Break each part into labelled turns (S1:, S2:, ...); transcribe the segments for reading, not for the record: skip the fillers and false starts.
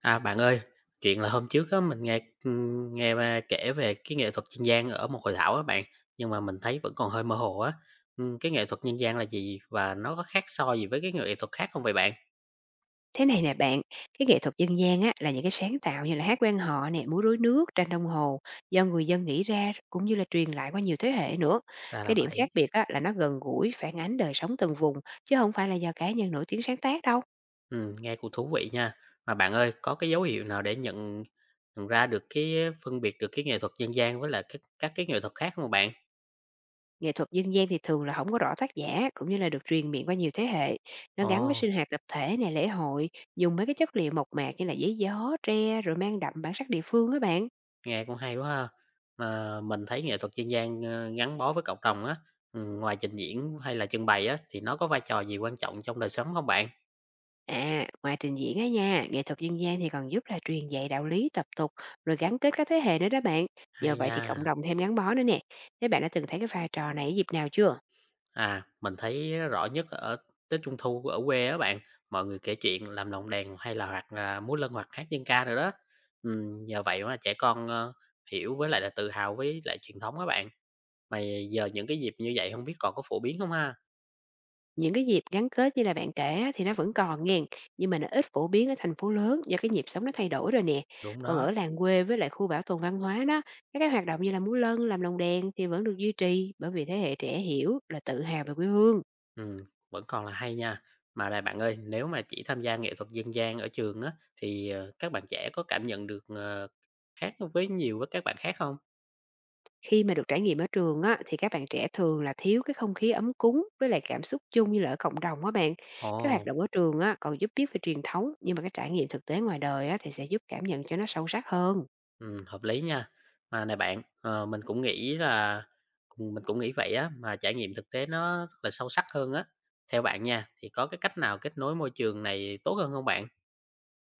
S1: À, bạn ơi, chuyện là hôm trước á, mình nghe, nghe ba kể về cái nghệ thuật dân gian ở một hội thảo á bạn, nhưng mà mình thấy vẫn còn hơi mơ hồ á. Cái nghệ thuật dân gian là gì và nó có khác so gì với cái nghệ thuật khác không vậy bạn?
S2: Thế này nè bạn, cái nghệ thuật dân gian á, là những cái sáng tạo như là hát quan họ nè, múa rối nước, tranh đồng hồ do người dân nghĩ ra cũng như là truyền lại qua nhiều thế hệ nữa.
S1: Ra là
S2: Cái điểm
S1: vậy.
S2: khác biệt á, là nó gần gũi, phản ánh đời sống từng vùng chứ không phải là do cá nhân nổi tiếng sáng tác đâu.
S1: Nghe cũng thú vị nha. Mà bạn ơi, có cái dấu hiệu nào để nhận nhận ra được cái, phân biệt được cái nghệ thuật dân gian với là các cái nghệ thuật khác không bạn?
S2: Nghệ thuật dân gian thì thường là không có rõ tác giả cũng như là được truyền miệng qua nhiều thế hệ. Nó gắn với
S1: Ồ.
S2: sinh hoạt tập thể nè, lễ hội, dùng mấy cái chất liệu mộc mạc như là giấy gió, tre rồi mang đậm bản sắc địa phương á bạn.
S1: Nghe cũng hay quá ha. Mà mình thấy nghệ thuật dân gian, gắn bó với cộng đồng á, ngoài trình diễn hay là trưng bày á, thì nó có vai trò gì quan trọng trong đời sống không bạn?
S2: À, ngoài trình diễn á nha, nghệ thuật dân gian thì còn giúp là truyền dạy đạo lý, tập tục, rồi gắn kết các thế hệ nữa đó bạn.
S1: Hay
S2: Nhờ vậy thì cộng
S1: nha.
S2: đồng thêm gắn bó nữa nè. Thế bạn đã từng thấy cái vai trò này ở dịp nào chưa?
S1: À, mình thấy rõ nhất là ở Tết Trung thu ở quê á bạn, mọi người kể chuyện, làm lồng đèn hay là hoặc là múa lân hoặc hát dân ca đồ đó. Nhờ vậy mà trẻ con, hiểu với lại là tự hào với lại truyền thống các bạn. Mà giờ những cái dịp như vậy không biết còn có phổ biến không ha?
S2: Những cái dịp gắn kết như là bạn kể á, thì nó vẫn còn nghe, nhưng mà nó ít phổ biến ở thành phố lớn do cái nhịp sống nó thay đổi rồi nè.
S1: Đúng
S2: Còn
S1: đó.
S2: ở làng quê với lại khu bảo tồn văn hóa đó, các cái hoạt động như là múa lân, làm lồng đèn thì vẫn được duy trì bởi vì thế hệ trẻ hiểu là tự hào về quê hương.
S1: Ừm, vẫn còn là hay nha. Mà này bạn ơi, nếu mà chỉ tham gia nghệ thuật dân gian ở trường á, thì, các bạn trẻ có cảm nhận được, khác với nhiều với các bạn khác không?
S2: Khi mà được trải nghiệm ở trường á, thì các bạn trẻ thường là thiếu cái không khí ấm cúng với lại cảm xúc chung như là ở cộng đồng á bạn. Cái hoạt
S1: Ồ,
S2: động ở trường á, còn giúp biết về truyền thống, nhưng mà cái trải nghiệm thực tế ngoài đời á, thì sẽ giúp cảm nhận cho nó sâu sắc hơn.
S1: hợp lý nha. Mà này bạn, mình cũng nghĩ vậy á, mà trải nghiệm thực tế nó rất là sâu sắc hơn á. Theo bạn nha, thì có cái cách nào kết nối môi trường này tốt hơn không bạn?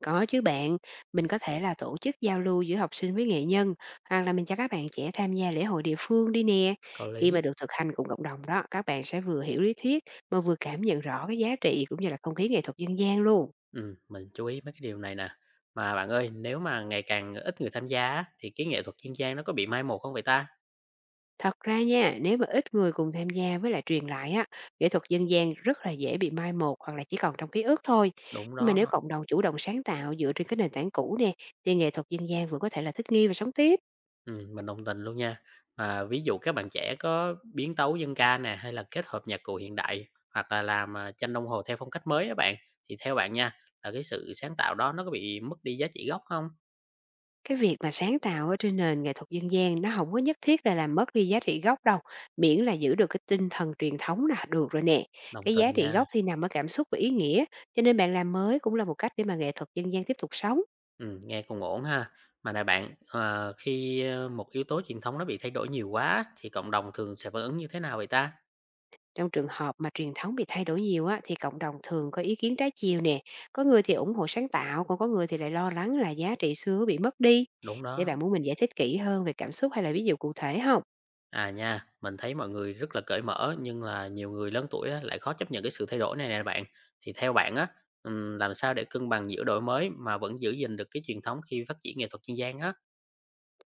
S2: Có chứ bạn, mình có thể là tổ chức giao lưu giữa học sinh với nghệ nhân, hoặc là mình cho các bạn trẻ tham gia lễ hội địa phương đi nè.
S1: Có
S2: Khi
S1: lý.
S2: mà được thực hành cùng cộng đồng đó, các bạn sẽ vừa hiểu lý thuyết mà vừa cảm nhận rõ cái giá trị cũng như là không khí nghệ thuật dân gian luôn.
S1: Mình chú ý mấy cái điều này nè. Mà bạn ơi, nếu mà ngày càng ít người tham gia á, thì cái nghệ thuật dân gian nó có bị mai một không vậy ta?
S2: Thật ra nha, nếu mà ít người cùng tham gia với lại truyền lại á, nghệ thuật dân gian rất là dễ bị mai một hoặc là chỉ còn trong ký ức thôi.
S1: Đúng
S2: Nhưng mà
S1: đó,
S2: nếu cộng đồng chủ động sáng tạo dựa trên cái nền tảng cũ nè, thì nghệ thuật dân gian vẫn có thể là thích nghi và sống tiếp.
S1: mình đồng tình luôn nha. Mà ví dụ các bạn trẻ có biến tấu dân ca nè, hay là kết hợp nhạc cụ hiện đại, hoặc là làm, à, tranh đồng hồ theo phong cách mới á bạn, thì theo bạn nha, là cái sự sáng tạo đó nó có bị mất đi giá trị gốc không?
S2: Cái việc mà sáng tạo ở trên nền nghệ thuật dân gian nó không có nhất thiết là làm mất đi giá trị gốc đâu, miễn là giữ được cái tinh thần truyền thống là được rồi nè.
S1: Đồng
S2: Cái giá
S1: tình
S2: trị
S1: nha,
S2: gốc thì nằm ở cảm xúc và ý nghĩa, cho nên bạn làm mới cũng là một cách để mà nghệ thuật dân gian tiếp tục sống.
S1: nghe cũng ổn ha. Mà này bạn, khi một yếu tố truyền thống nó bị thay đổi nhiều quá thì cộng đồng thường sẽ phản ứng như thế nào vậy ta?
S2: Trong trường hợp mà truyền thống bị thay đổi nhiều á, thì cộng đồng thường có ý kiến trái chiều nè. Có người thì ủng hộ sáng tạo, còn có người thì lại lo lắng là giá trị xưa bị mất đi.
S1: Đúng
S2: Để
S1: đó.
S2: bạn muốn mình giải thích kỹ hơn về cảm xúc hay là ví dụ cụ thể không?
S1: À nha, mình thấy mọi người rất là cởi mở nhưng là nhiều người lớn tuổi á, lại khó chấp nhận cái sự thay đổi này nè bạn. Thì theo bạn á, làm sao để cân bằng giữa đổi mới mà vẫn giữ gìn được cái truyền thống khi phát triển nghệ thuật dân gian á?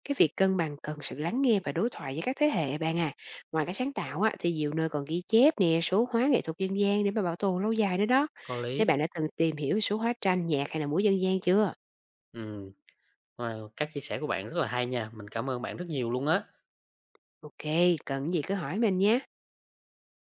S2: Cái việc cân bằng cần sự lắng nghe và đối thoại với các thế hệ bạn à. Ngoài cái sáng tạo á, thì nhiều nơi còn ghi chép nè, số hóa nghệ thuật dân gian để mà bảo tồn lâu dài nữa đó.
S1: Có
S2: Thế
S1: lý.
S2: bạn đã từng tìm hiểu về số hóa tranh, nhạc hay là múa dân gian chưa?
S1: Ừm, wow, các chia sẻ của bạn rất là hay nha. Mình cảm ơn bạn rất nhiều luôn á.
S2: Ok, cần gì cứ hỏi mình nhé.